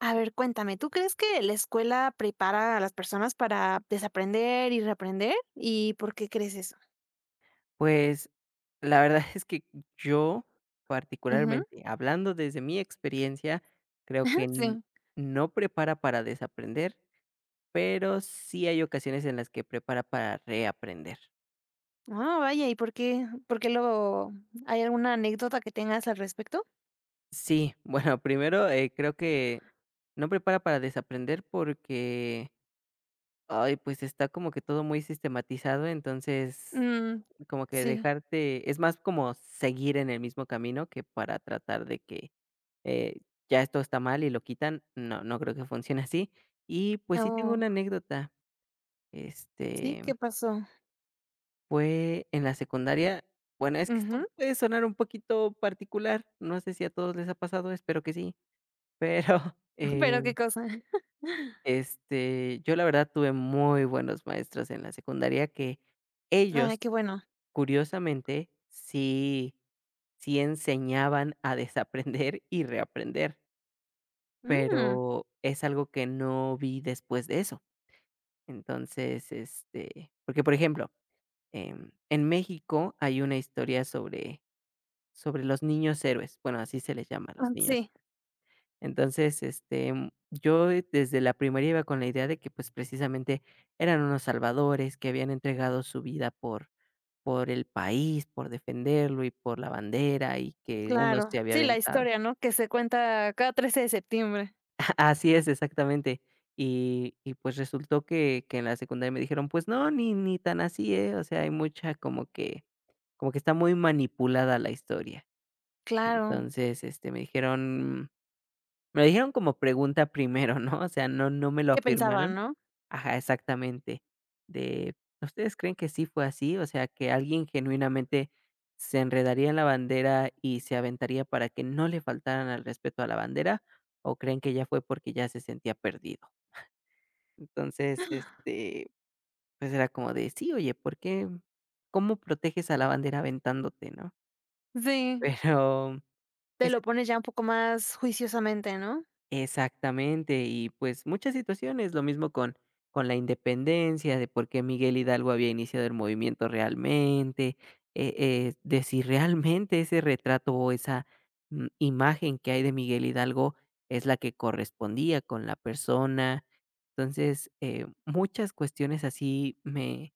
A ver, cuéntame, ¿tú crees que la escuela prepara a las personas para desaprender y reaprender? ¿Y por qué crees eso? Pues, la verdad es que yo, Ujú, particularmente, hablando desde mi experiencia, creo que n sí. no prepara para desaprender, pero sí hay ocasiones en las que prepara para reaprender. Ah, vaya, ¿y por qué lo hay alguna anécdota que tengas al respecto? Sí, bueno, primero, creo que no prepara para desaprender porque, ay, pues, está como que todo muy sistematizado, entonces Mm, como que sí. dejarte es más como seguir en el mismo camino que para tratar de que, eh, ya esto está mal y lo quitan. No, no creo que funcione así. Y, pues, sí tengo Oh, una anécdota. sí, Este, ¿qué pasó? fue en la secundaria. Bueno, es que esto Ujú, puede sonar un poquito particular. No sé si a todos les ha pasado, espero que sí. Pero, pero, ¿qué cosa? Yo la verdad tuve muy buenos maestros en la secundaria que Ay, ellos, qué bueno. curiosamente, sí enseñaban a desaprender y reaprender, Mm, pero es algo que no vi después de eso. Entonces, porque por ejemplo, en México hay una historia sobre los niños héroes, bueno, así se les llama a ah, los niños sí, héroes. Entonces, yo desde la primaria iba con la idea de que pues precisamente eran unos salvadores que habían entregado su vida por el país, por defenderlo y por la bandera y que uno se claro. había Sí, la aventado. historia, ¿no?, que se cuenta cada 13 de septiembre. Así es, exactamente. Y pues resultó que en la secundaria me dijeron: "Pues no, ni tan así, ¿eh?". O sea, hay mucha como que está muy manipulada la historia. Claro. Entonces, me lo dijeron como pregunta primero, ¿no? O sea, no me lo ¿Qué pensaban, afirmaron. no? Ajá, exactamente. De, ¿ustedes creen que sí fue así? O sea, que alguien genuinamente se enredaría en la bandera y se aventaría para que no le faltaran al respeto a la bandera, o creen que ya fue porque ya se sentía perdido. Entonces, pues era como de, sí, oye, ¿por qué? ¿Cómo proteges a la bandera aventándote, no? Sí. Pero Te lo ese pones ya un poco más juiciosamente, ¿no? Exactamente, y pues muchas situaciones, lo mismo con la independencia, de por qué Miguel Hidalgo había iniciado el movimiento realmente, de si realmente ese retrato o esa imagen que hay de Miguel Hidalgo es la que correspondía con la persona. Entonces, muchas cuestiones así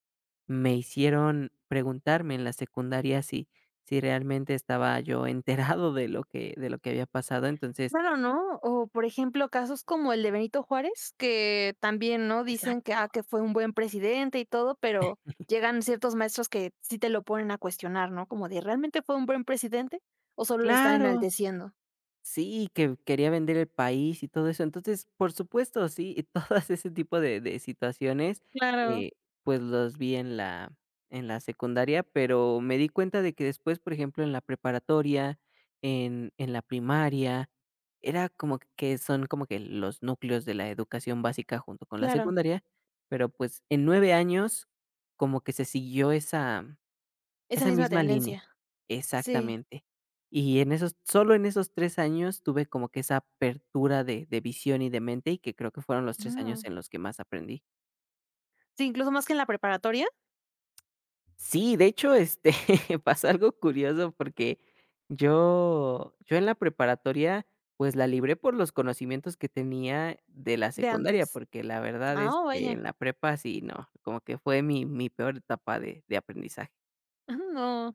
me hicieron preguntarme en la secundaria si, si realmente estaba yo enterado de lo de lo que había pasado. Entonces, Claro, ¿no? O, por ejemplo, casos como el de Benito Juárez, que también, ¿no? Dicen que, ah, que fue un buen presidente y todo, pero llegan ciertos maestros que sí te lo ponen a cuestionar, ¿no? Como de, ¿realmente fue un buen presidente o solo lo están claro, enalteciendo? sí, que quería vender el país y todo eso. Entonces, por supuesto, sí, y todas ese tipo de situaciones, Claro, eh, pues, los vi en la secundaria, pero me di cuenta de que después, por ejemplo, en la preparatoria, en la primaria, era como que son como que los núcleos de la educación básica junto con la claro, secundaria, pero, pues, en 9 años como que se siguió esa esa misma misma línea, tendencia. Sí, exactamente. Y en esos solo en esos 3 años tuve como que esa apertura de visión y de mente, y que creo que fueron los 3 años mm. en los que más aprendí. Sí, incluso más que en la preparatoria Sí, de hecho, pasa algo curioso porque yo en la preparatoria, pues, la libré por los conocimientos que tenía de la de secundaria, antes. porque la verdad es Ah, oh, que en vaya, la prepa sí, no, como que fue mi peor etapa de aprendizaje. no.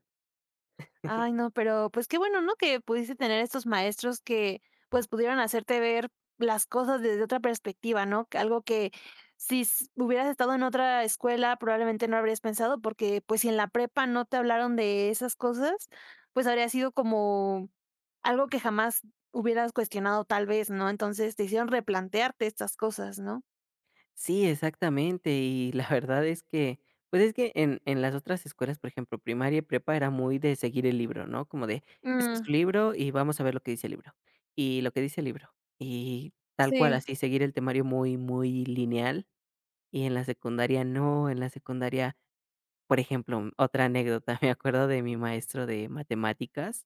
Ay, no, pero, pues, qué bueno, ¿no?, que pudiste tener estos maestros que, pues, pudieron hacerte ver las cosas desde otra perspectiva, ¿no? Que algo que si s hubieras estado en otra escuela, probablemente no habrías pensado, porque, pues, si en la prepa no te hablaron de esas cosas, pues, habría sido como algo que jamás hubieras cuestionado tal vez, ¿no? Entonces, te hicieron replantearte estas cosas, ¿no? Sí, exactamente. Y la verdad es pues es que en las otras escuelas, por ejemplo, primaria y prepa era muy de seguir el libro, ¿no? Como de, este es Mm, tu libro y vamos a ver lo que dice el libro. Y lo que dice el libro. Y tal cual, sí, así, seguir el temario muy, muy lineal. Y en la secundaria no, en la secundaria, por ejemplo, otra anécdota, me acuerdo de mi maestro de matemáticas.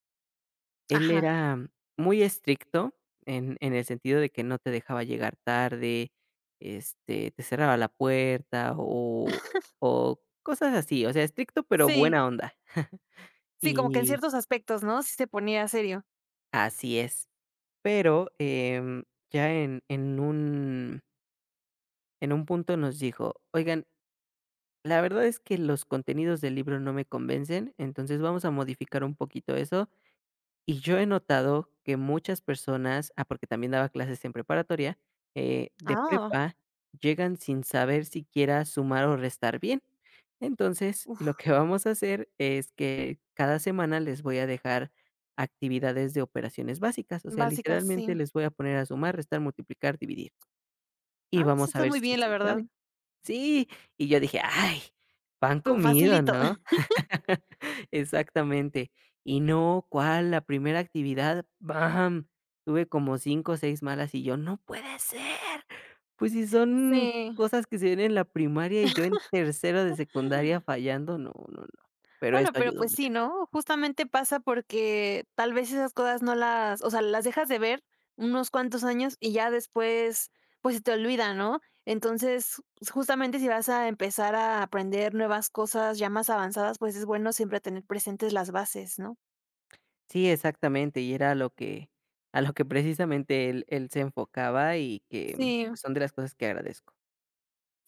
Él ajá. era muy estricto en el sentido de que no te dejaba llegar tarde, te cerraba la puerta o cosas así, o sea, estricto, pero Sí, buena onda. sí, como que en Y ciertos aspectos, ¿no? Sí se ponía serio. Así es, pero, ya en un punto nos dijo: "Oigan, la verdad es que los contenidos del libro no me convencen, entonces vamos a modificar un poquito eso". Y yo he notado que muchas personas, ah, porque también daba clases en preparatoria, de Ah. prepa, llegan sin saber siquiera sumar o restar bien. Entonces, lo que vamos a hacer es que cada semana les voy a dejar actividades de operaciones básicas, o sea, Básicas, sí. literalmente les voy a poner a sumar, restar, multiplicar, dividir, y Ah, eso vamos a está ver si muy bien, la sí verdad. saben. Sí, y yo dije: "Ay, pan Tú, comido", facilito. ¿no? Exactamente. Y no, ¿cuál? La primera actividad, ¡bam!, tuve como 5 o 6 malas, y yo: "No puede ser". Pues, si son Sí. cosas que se ven en la primaria, y yo en tercero de secundaria fallando, no, no, no. Pero eso Bueno, pero ayudó pues sí, mucho. ¿no? Justamente pasa porque tal vez esas cosas no las, o sea, las dejas de ver unos cuantos años y ya después, pues se te olvida, ¿no? Entonces, justamente si vas a empezar a aprender nuevas cosas ya más avanzadas, pues es bueno siempre tener presentes las bases, ¿no? Sí, exactamente, y era a lo que precisamente él se enfocaba, y Sí, pues, son de las cosas que agradezco.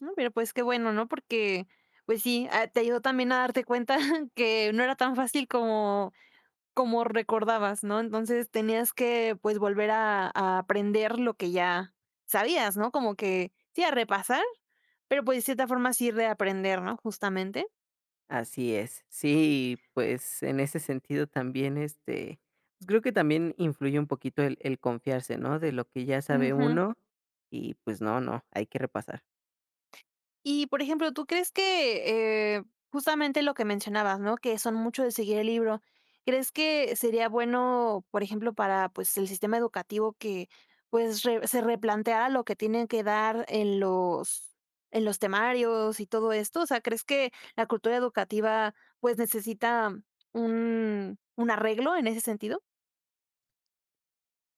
no, pero pues qué bueno, ¿no? Porque, pues sí, ah, te ayudó también a darte cuenta que no era tan fácil como como recordabas, ¿no? Entonces tenías que, pues, volver a aprender lo que ya sabías, ¿no? Como que sí, a repasar, pero, pues, de cierta forma sí reaprender, ¿no? Justamente. Así es. Sí, pues, en ese sentido también, pues, creo que también influye un poquito el confiarse, ¿no? De lo que ya sabe uno y, pues, no, no, hay que repasar. Y, por ejemplo, ¿tú crees que, justamente lo que mencionabas, no? Que son mucho de seguir el libro. ¿Crees que sería bueno, por ejemplo, para, pues, el sistema educativo que, pues, re se replanteara lo que tienen que dar en los temarios y todo esto? O sea, ¿crees que la cultura educativa, pues, necesita un arreglo en ese sentido?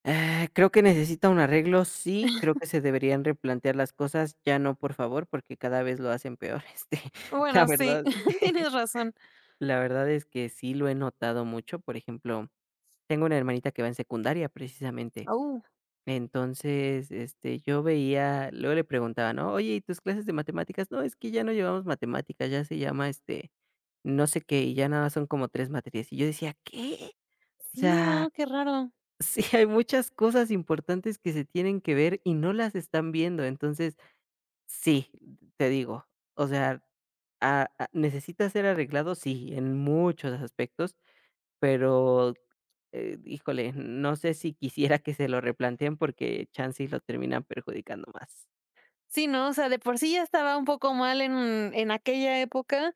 Ah, creo que necesita un arreglo, sí, creo que se deberían replantear las cosas, ya no, por favor, porque cada vez lo hacen peor, este, la Bueno, sí, verdad tienes razón. la verdad es que sí lo he notado mucho, por ejemplo, tengo una hermanita que va en secundaria, precisamente. Oh, Entonces, yo veía, luego le preguntaba, ¿no? Oye, ¿y tus clases de matemáticas? No, es que ya no llevamos matemáticas, ya se llama no sé qué, y ya nada más son como tres materias. Y yo decía, ¿qué? O sí, sea, no, qué raro. sí hay muchas cosas importantes que se tienen que ver y no las están viendo. Entonces, sí, te digo, o sea, necesita ser arreglado, sí, en muchos aspectos, pero híjole, no sé si quisiera que se lo replanteen porque chance y lo terminan perjudicando más. Sí, no, o sea, de por sí ya estaba un poco mal en aquella época,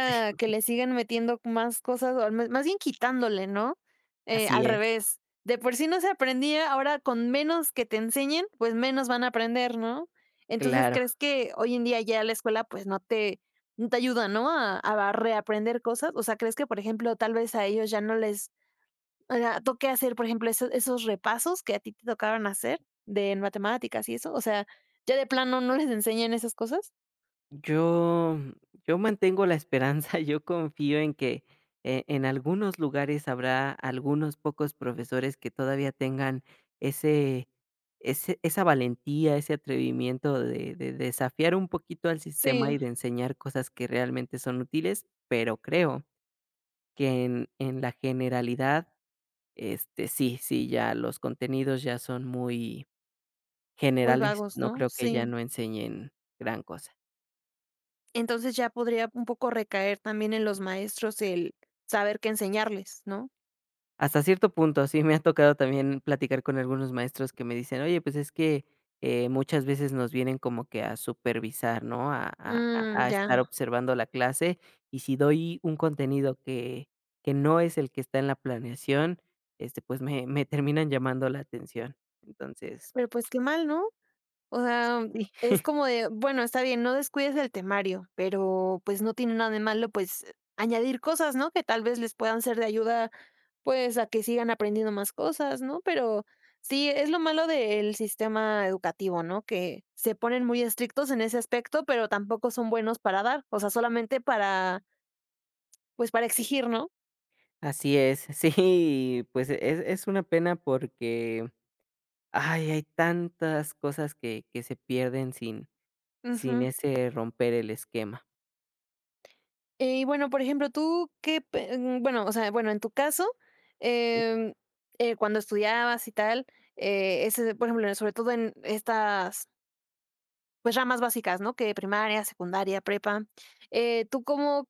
Sí, que le siguen metiendo más cosas, o al me más bien quitándole, ¿no? Así Al es. revés, de por sí no se aprendía, ahora con menos que te enseñen, pues menos van a aprender, ¿no? Entonces, Claro, ¿crees que hoy en día ya la escuela, pues no te no te ayuda, no? A reaprender cosas, o sea, ¿crees que, por ejemplo, tal vez a ellos ya no les o sea, toque hacer, por ejemplo, eso esos repasos que a ti te tocaron hacer de en matemáticas y eso, o sea, ya de plano no les enseñan esas cosas. yo yo mantengo la esperanza, yo confío en que en algunos lugares habrá algunos pocos profesores que todavía tengan ese ese esa valentía, ese atrevimiento de desafiar un poquito al sistema y Sí, de enseñar cosas que realmente son útiles, pero creo que en la generalidad sí, sí, ya los contenidos ya son muy muy generales, vagos, no ¿no? creo que Sí. ya no enseñen gran cosa. Entonces ya podría un poco recaer también en los maestros el saber qué enseñarles, ¿no? Hasta cierto punto, sí me ha tocado también platicar con algunos maestros que me dicen: "Oye, pues es que, muchas veces nos vienen como que a supervisar, ¿no? A Mm, estar ya. observando la clase, y si doy un contenido que no es el que está en la planeación, pues me terminan llamando la atención". Entonces, Pero pues qué mal, ¿no? O sea, sí. es como de, bueno, está bien, no descuides el temario, pero, pues, no tiene nada de malo, pues, añadir cosas, ¿no?, que tal vez les puedan ser de ayuda, pues, a que sigan aprendiendo más cosas, ¿no? Pero sí, es lo malo del sistema educativo, ¿no?, que se ponen muy estrictos en ese aspecto, pero tampoco son buenos para dar, o sea, solamente para, pues, para exigir, ¿no? Así es. Sí, pues es una pena porque, ay, hay tantas cosas que se pierden sin Ujú. ese romper el esquema. Y bueno, por ejemplo, tú qué pe mm, bueno, o sea, bueno, en tu caso, Y em, cuando estudiabas y tal, ese, por ejemplo, sobre todo en estas, pues, ramas básicas, ¿no? Que primaria, secundaria, prepa, ¿tú cómo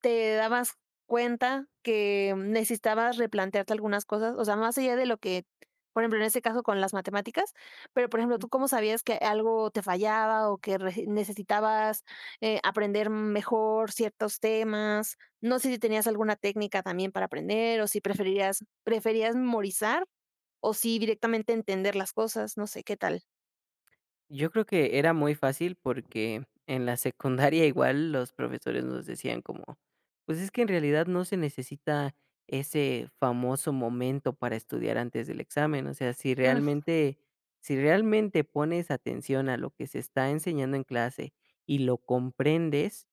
te dabas cuenta que necesitabas replantearte algunas cosas, o sea, más allá de lo que, por ejemplo, en este caso con las matemáticas, pero, por ejemplo, ¿tú cómo sabías que algo te fallaba o que re- necesitabas aprender mejor ciertos temas? No sé si tenías alguna técnica también para aprender o si preferías memorizar o si directamente entender las cosas, no sé, ¿qué tal? yo creo que era muy fácil porque en la secundaria igual los profesores nos decían como, pues es que en realidad no se necesita ese famoso momento para estudiar antes del examen, o sea, Mm, si realmente pones atención a lo que se está enseñando en clase y lo comprendes.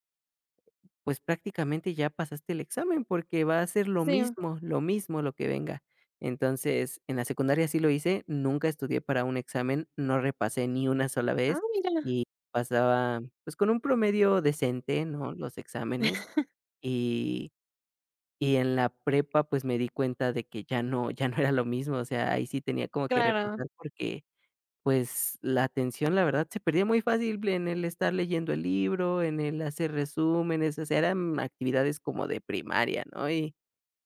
Pues prácticamente ya pasaste el examen, porque va a ser lo sí. mismo, lo mismo lo que venga. Entonces, en la secundaria sí lo hice, nunca estudié para un examen, no repasé ni una sola Ah, vez mira, y pasaba, pues, con un promedio decente, ¿no?, los exámenes, y y en la prepa, pues, me di cuenta de que ya no era lo mismo, o sea, ahí sí tenía como que claro. repasar porque pues, la atención, la verdad, se perdía muy fácil en el estar leyendo el libro, en el hacer resúmenes, o sea, eran actividades como de primaria, ¿no? Y,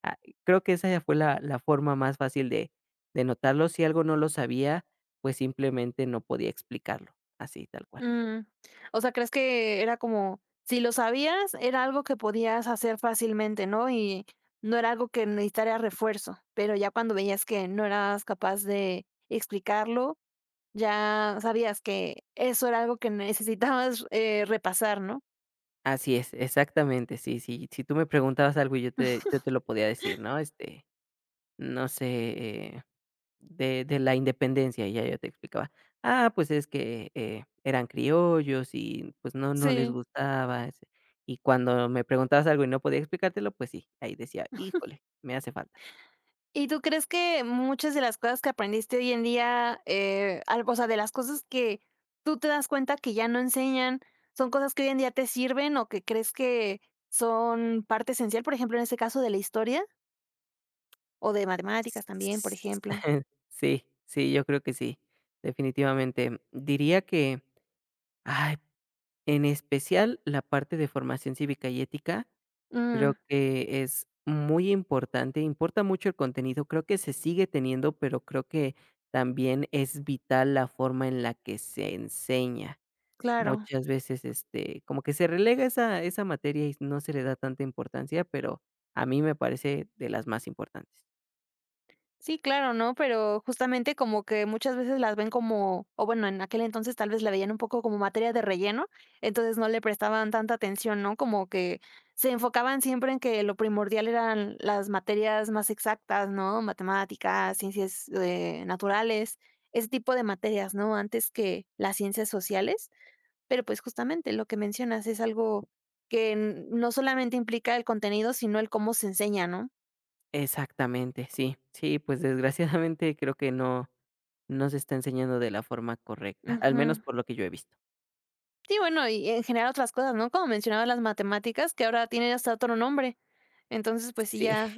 ah, creo que esa ya fue la forma más fácil de notarlo. Si algo no lo sabía, pues, simplemente no podía explicarlo, así, tal cual. Mm, o sea, ¿crees que era como, si lo sabías, era algo que podías hacer fácilmente, ¿no? Y no era algo que necesitara refuerzo, pero ya cuando veías que no eras capaz de explicarlo, ya sabías que eso era algo que necesitabas repasar, ¿no? Así es, exactamente, sí, sí. Si tú me preguntabas algo, yo te lo podía decir, ¿no? Este, no sé, eh, de la independencia, y ya yo te explicaba, ah, pues es que, eran criollos y, pues, no les Sí, gustaba ese. Y cuando me preguntabas algo y no podía explicártelo, pues sí, ahí decía: "Híjole, me hace falta". ¿y tú crees que muchas de las cosas que aprendiste hoy en día, al o sea, de las cosas que tú te das cuenta que ya no enseñan, son cosas que hoy en día te sirven o que crees que son parte esencial, por ejemplo, en este caso de la historia o de S- matemáticas también, por ejemplo? Sí, sí, yo creo que sí, definitivamente. Diría que, ay, en especial la parte de formación cívica y ética. Creo Mm, que es muy importante, importa mucho el contenido, creo que se sigue teniendo, pero creo que también es vital la forma en la que se enseña. claro. Muchas veces, como que se relega esa materia y no se le da tanta importancia, pero a mí me parece de las más importantes. Sí, claro, ¿no? Pero justamente como que muchas veces las ven como, o bueno, en aquel entonces tal vez la veían un poco como materia de relleno, entonces no le prestaban tanta atención, ¿no? Como que se enfocaban siempre en que lo primordial eran las materias más exactas, ¿no? Matemáticas, ciencias naturales, ese tipo de materias, ¿no? Antes que las ciencias sociales. Pero pues justamente lo que mencionas es algo que n- no solamente implica el contenido, sino el cómo se enseña, ¿no? Exactamente, sí, sí, pues desgraciadamente creo que no se está enseñando de la forma correcta, al menos Ujú. por lo que yo he visto. Sí, bueno, y en general otras cosas, ¿no? Como mencionabas las matemáticas, que ahora tienen hasta otro nombre. Entonces, pues sí, Sí. ya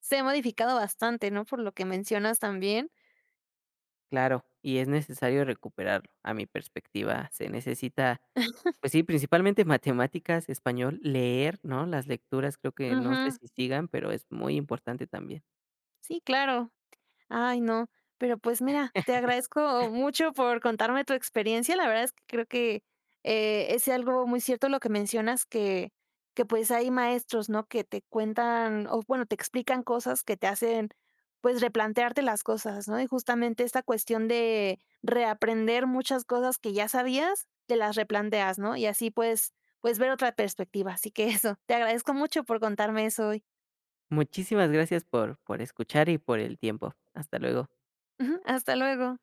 se ha modificado bastante, ¿no? Por lo que mencionas también. Claro, y es necesario recuperarlo. A mi perspectiva, se necesita, pues sí, principalmente matemáticas, español, leer, ¿no? Las lecturas creo que no sé Ujú. si sigan, pero es muy importante también. Sí, claro. Ay, no. Pero pues mira, te agradezco mucho por contarme tu experiencia. La verdad es que creo que es algo muy cierto lo que mencionas, que pues hay maestros, ¿no? Que te cuentan, o bueno, te explican cosas que te hacen pues replantearte las cosas, ¿no? Y justamente esta cuestión de reaprender muchas cosas que ya sabías, te las replanteas, ¿no? Y así pues, pues ver otra perspectiva. Así que eso, te agradezco mucho por contarme eso hoy. Muchísimas gracias por escuchar y por el tiempo. Hasta luego. Hasta luego.